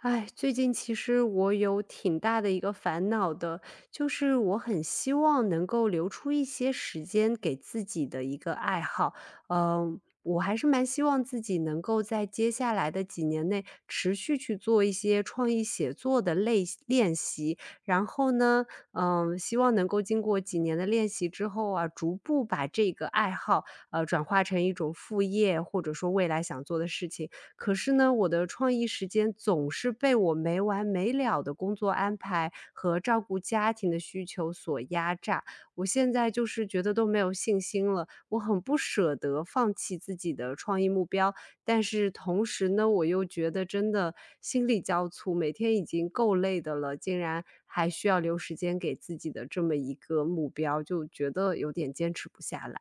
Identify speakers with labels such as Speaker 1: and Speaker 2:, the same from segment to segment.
Speaker 1: 哎，最近其实我有挺大的一个烦恼的，就是我很希望能够留出一些时间给自己的一个爱好。我还是蛮希望自己能够在接下来的几年内持续去做一些创意写作的类练习。然后呢，希望能够经过几年的练习之后啊，逐步把这个爱好转化成一种副业，或者说未来想做的事情。可是呢，我的创意时间总是被我没完没了的工作安排和照顾家庭的需求所压榨。我现在就是觉得都没有信心了，我很不舍得放弃自己的创意目标，但是同时呢，我又觉得真的心力交瘁，每天已经够累的了，竟然还需要留时间给自己的这么一个目标，就觉得有点坚持不下来。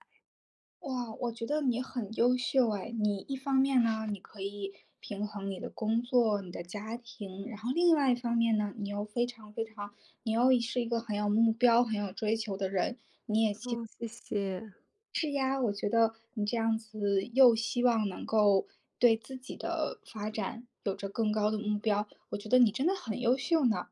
Speaker 2: 哇，我觉得你很优秀哎！你一方面呢，你可以平衡你的工作、你的家庭，然后另外一方面呢，你又非常非常，你又是一个很有目标、很有追求的人。
Speaker 1: 哦，谢谢。
Speaker 2: 是呀，我觉得你这样子又希望能够对自己的发展有着更高的目标，我觉得你真的很优秀呢。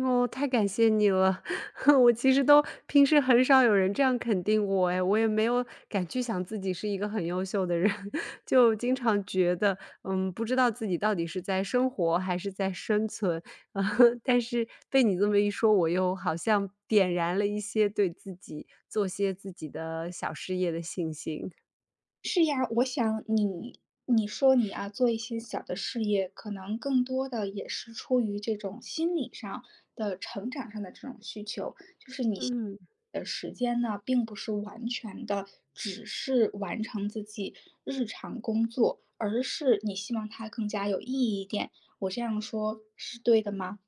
Speaker 1: 哦，太感谢你了。我其实都平时很少有人这样肯定我哎，我也没有敢去想自己是一个很优秀的人，就经常觉得，不知道自己到底是在生活还是在生存。啊但是被你这么一说，我又好像点燃了一些对自己做些自己的小事业的信心。
Speaker 2: 是呀，我想你说你啊，做一些小的事业，可能更多的也是出于这种心理上的成长上的这种需求。
Speaker 1: 嗯。
Speaker 2: 时间呢，并不是完全的只是完成自己日常工作，而是你希望它更加有意义一点。我这样说是对的吗？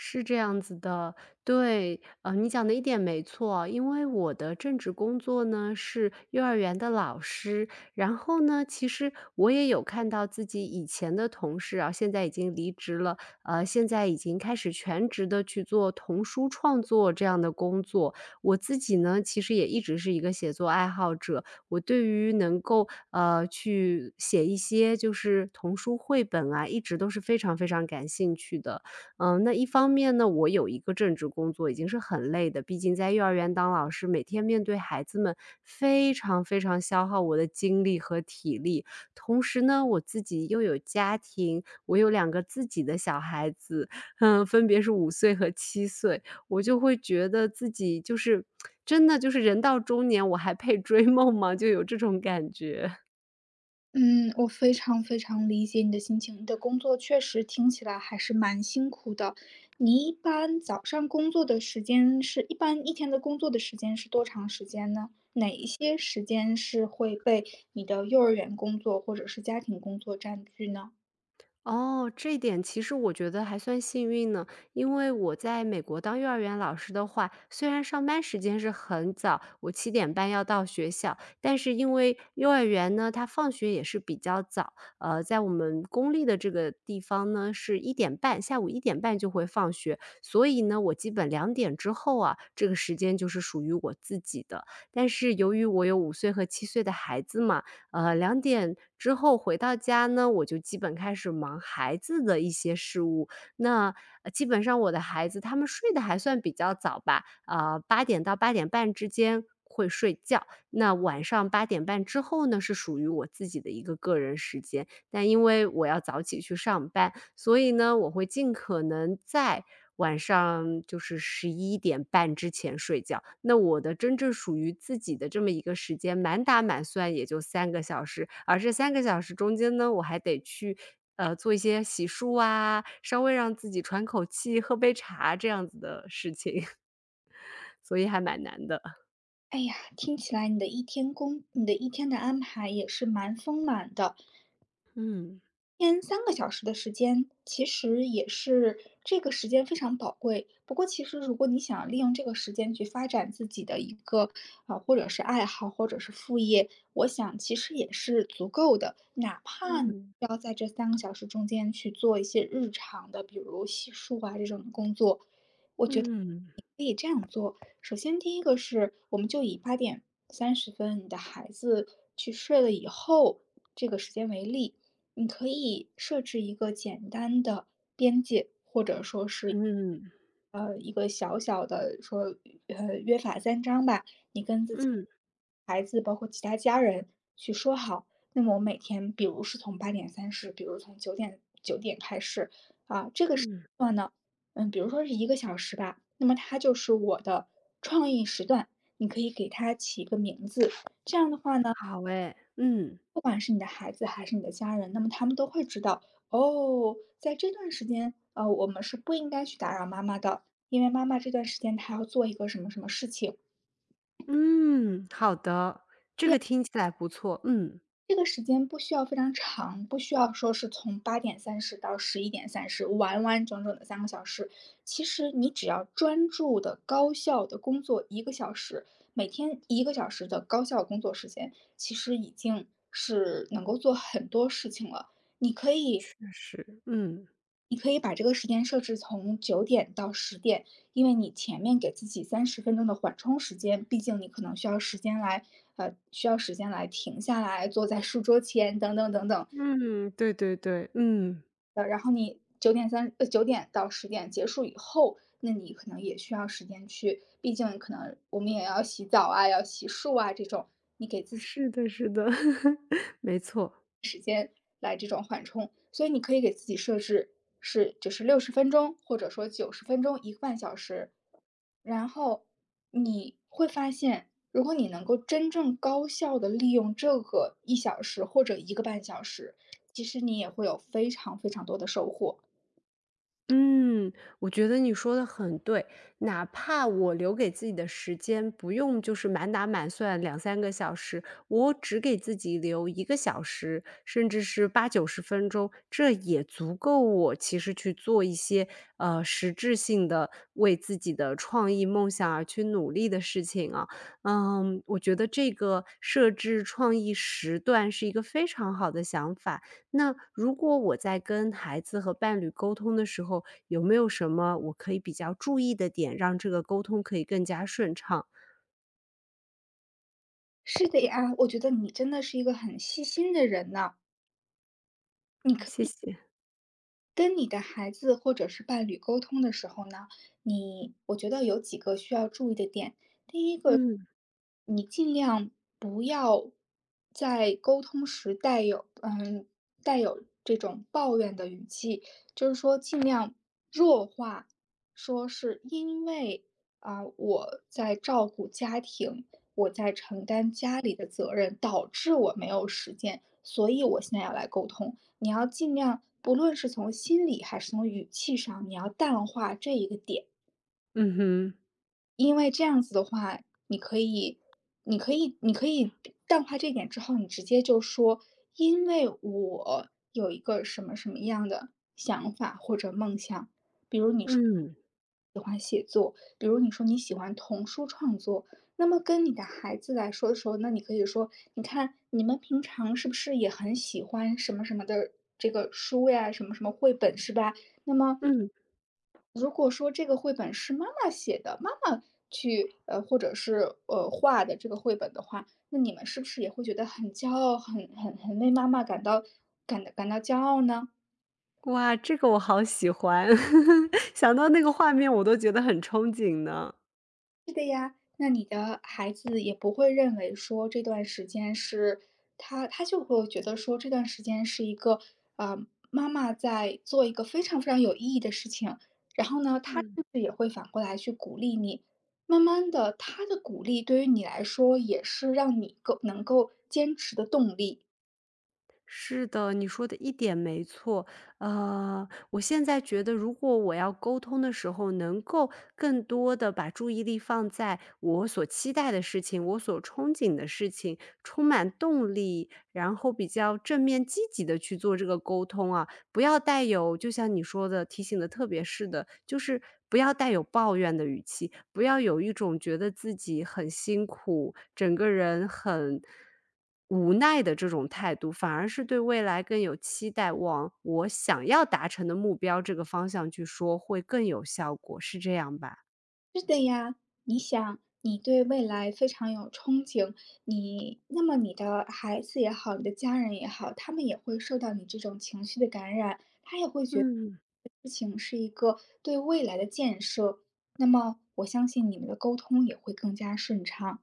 Speaker 1: 是这样子的，对，你讲的一点没错。因为我的正职工作呢是幼儿园的老师，然后呢，其实我也有看到自己以前的同事啊，现在已经离职了，现在已经开始全职的去做童书创作这样的工作。我自己呢，其实也一直是一个写作爱好者，我对于能够，去写一些就是童书绘本啊，一直都是非常非常感兴趣的。那一方面呢，我有一个正职工作已经是很累的，毕竟在幼儿园当老师，每天面对孩子们，非常非常消耗我的精力和体力。同时呢，我自己又有家庭，我有2个自己的小孩子，分别是五岁和七岁，我就会觉得自己就是真的就是人到中年，我还配追梦吗？就有这种感觉。
Speaker 2: 嗯，我非常非常理解你的心情。你的工作确实听起来还是蛮辛苦的。你一般早上工作的时间是一般一天的工作的时间是多长时间呢？哪一些时间是会被你的幼儿园工作或者是家庭工作占据呢？
Speaker 1: 哦，这一点其实我觉得还算幸运呢，因为我在美国当幼儿园老师的话，虽然上班时间是很早，我7点半要到学校，但是因为幼儿园呢，它放学也是比较早，在我们公立的这个地方呢，是一点半，下午1点半就会放学，所以呢，我基本两点之后啊，这个时间就是属于我自己的。但是由于我有5岁和7岁的孩子嘛，两点之后回到家呢，我就基本开始忙孩子的一些事务。那，基本上我的孩子他们睡得还算比较早吧，8点到8点半之间会睡觉。那晚上8点半之后呢，是属于我自己的一个个人时间。但因为我要早起去上班，所以呢，我会尽可能在晚上就是11点半之前睡觉。那我的真正属于自己的这么一个时间，满打满算也就三个小时，而这3个小时中间呢，我还得去，做一些洗漱啊，稍微让自己喘口气，喝杯茶这样子的事情，所以还蛮难的。
Speaker 2: 哎呀，听起来你的一天的安排也是蛮丰满的。
Speaker 1: 嗯，
Speaker 2: 天三个小时的时间，其实也是这个时间非常宝贵。不过其实如果你想利用这个时间去发展自己的一个，啊，或者是爱好，或者是副业，我想其实也是足够的。哪怕你
Speaker 1: 嗯，
Speaker 2: 要在这三个小时中间去做一些日常的，比如洗漱啊这种工作。
Speaker 1: 嗯，
Speaker 2: 首先第一个是，我们就以8:30你的孩子去睡了以后，这个时间为例，你可以设置一个简单的
Speaker 1: 嗯，
Speaker 2: 一个小小的说，约法三章吧，跟自己
Speaker 1: 嗯，
Speaker 2: 孩子，包括其他家人去说好。那么我每天，比如是从八点三十，比如从九点开始，啊，这
Speaker 1: 嗯，
Speaker 2: 段呢，比如说是一个小时吧，那么它就是我的创意时段，你可以给它起一个名字。这样的话呢，
Speaker 1: 好哎，嗯。
Speaker 2: 不管是你的孩子还是你的家人，那么他们都会知道，哦，在这段时间，我们是不应该去打扰妈妈的，因为妈妈这段时间她要做一个什么什么事情。
Speaker 1: 嗯，好的，这
Speaker 2: 这样
Speaker 1: 个听起来不错，嗯，
Speaker 2: 这个时间不需要非常长，不需要说是从八点三十到11:30，完完整整的三个小时。其实你只要专注的、高效的工作一个小时，每天一个小时的高效工作时间，其实已经是能够做很多事情了。
Speaker 1: 确实，嗯，
Speaker 2: 你可以把这个时间设置从九点到十点，因为你前面给自己30分钟的缓冲时间，毕竟你可能需要时间来，需要时间来停下来，坐在书桌前等等等等。
Speaker 1: 嗯，对对对，嗯，
Speaker 2: 然后你九点到十点结束以后，那你可能也需要时间去，毕竟可能我们也要洗澡啊，要洗漱啊这种，
Speaker 1: 是的，是的，没错。
Speaker 2: 来这种缓冲。所以你可以给自己设置是就是60分钟，或者说90分钟、一个半小时。然后你会发现，如果你能够真正高效的利用这个一小时或者一个半小时，其实你也会有非常非常多的收获。
Speaker 1: 嗯，我觉得你说的很对，哪怕我留给自己的时间不用就是满打满算两三个小时，我只给自己留1个小时，甚至是八九十分钟，这也足够我其实去做一些，实质性的为自己的创意梦想而去努力的事情啊。嗯，我觉得这个设置创意时段是一个非常好的想法。那如果我在跟孩子和伴侣沟通的时候，有没有什么我可以比较注意的点，让这个沟通可以更加顺畅？
Speaker 2: 是的呀，我觉得你真的是一个很细心的人呢。
Speaker 1: 哦谢谢。
Speaker 2: 跟你的孩子或者是伴侣沟通的时候呢，你我觉得有几个需要注意的点。第一个，
Speaker 1: 嗯，
Speaker 2: 你尽量不要在沟通时带有这种抱怨的语气，那样弱化，说是因为啊，我在照顾家庭，我在承担家里的责任，导致我没有时间，所以我现在要来沟通。你要尽量，不论是从心理还是从语气上，你要淡化这一个点，
Speaker 1: 嗯哼，
Speaker 2: 因为这样子的话，你可以，你可以淡化这一点之后，你直接就说，因为我有一个什么什么样的想法或者梦想。
Speaker 1: 嗯，
Speaker 2: 比如你说你喜欢童书创作，那么跟你的孩子来说的时候，那你可以说，你看你们平常是不是也很喜欢什么什么的这个书呀，什么什么绘本是吧？那么
Speaker 1: 嗯，
Speaker 2: 如果说这个绘本是妈妈写的，妈妈或者是画的这个绘本的话，那你们是不是也会觉得很骄傲，很为妈妈感到骄傲呢？
Speaker 1: 哇，这个我好喜欢，想到那个画面我都觉得很憧憬呢。
Speaker 2: 那你的孩子也不会认为说这段时间是他就会觉得说这段时间是一个啊，妈妈在做一个非常非常有意义的事情，然后呢，他甚至也会反过来去鼓励你。慢慢的，他的鼓励对于你来说也是让你够能够坚持的动力。
Speaker 1: 是的，你说的一点没错。我现在觉得，如果我要沟通的时候，能够更多的把注意力放在我所期待的事情、我所憧憬的事情，充满动力，然后比较正面积极的去做这个沟通啊，不要带有就像你说的提醒的特别是的，就是不要带有抱怨的语气，不要有一种觉得自己很辛苦，整个人很无奈的这种态度，反而是对未来更有期待，往我想要达成的目标这个方向去说，会更有效果，是这样吧？
Speaker 2: 是的呀，你想，你对未来非常有憧憬，那么你的孩子也好，你的家人也好，他们也会受到你这种情绪的感染，他也会觉得
Speaker 1: 嗯。
Speaker 2: 事情是一个对未来的建设。那么，我相信你们的沟通也会更加顺畅。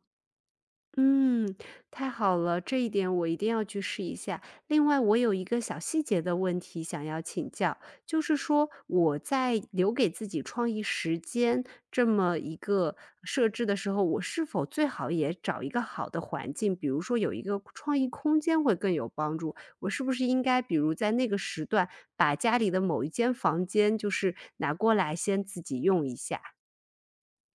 Speaker 1: 嗯，太好了，这一点我一定要去试一下。另外，我有一个小细节的问题想要请教，就是说我在留给自己创意时间这么一个设置的时候，我是否最好也找一个好的环境，比如说有一个创意空间会更有帮助？我是不是应该，比如在那个时段，把家里的某一间房间就是拿过来先自己用一下，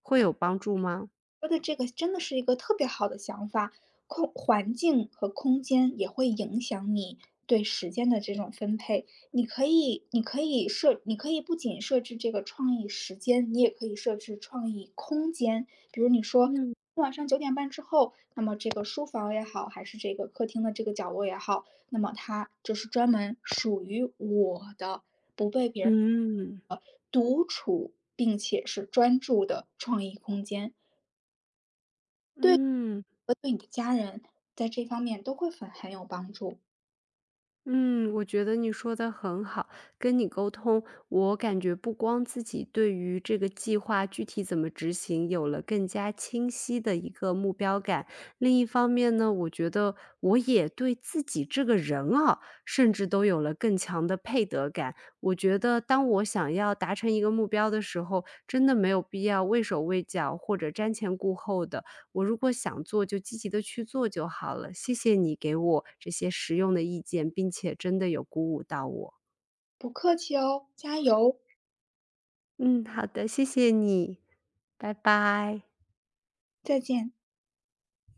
Speaker 1: 会有帮助吗？
Speaker 2: 说的这个真的是一个特别好的想法，空环境和空间也会影响你对时间的这种分配。你可以不仅设置这个创意时间，你也可以设置创意空间。比如你说
Speaker 1: 嗯。
Speaker 2: 晚上9点半之后，那么这个书房也好，还是这个客厅的这个角落也好，那么它就是专门属于我的，不被别人
Speaker 1: 嗯
Speaker 2: 独处，并且是专注的创意空间。对。
Speaker 1: 嗯。
Speaker 2: 和对你的家人，在这方面都会很有帮助。
Speaker 1: 嗯，我觉得你说的很好。跟你沟通，我感觉不光自己对于这个计划具体怎么执行有了更加清晰的一个目标感，另一方面呢，我觉得我也对自己这个人啊，甚至都有了更强的配得感。我觉得当我想要达成一个目标的时候，真的没有必要畏手畏脚或者瞻前顾后的。我如果想做，就积极的去做就好了。谢谢你给我这些实用的意见，并且真的有鼓舞到我。
Speaker 2: 不客气哦，加油，
Speaker 1: 嗯，好的，谢谢你，拜拜。
Speaker 2: 再见。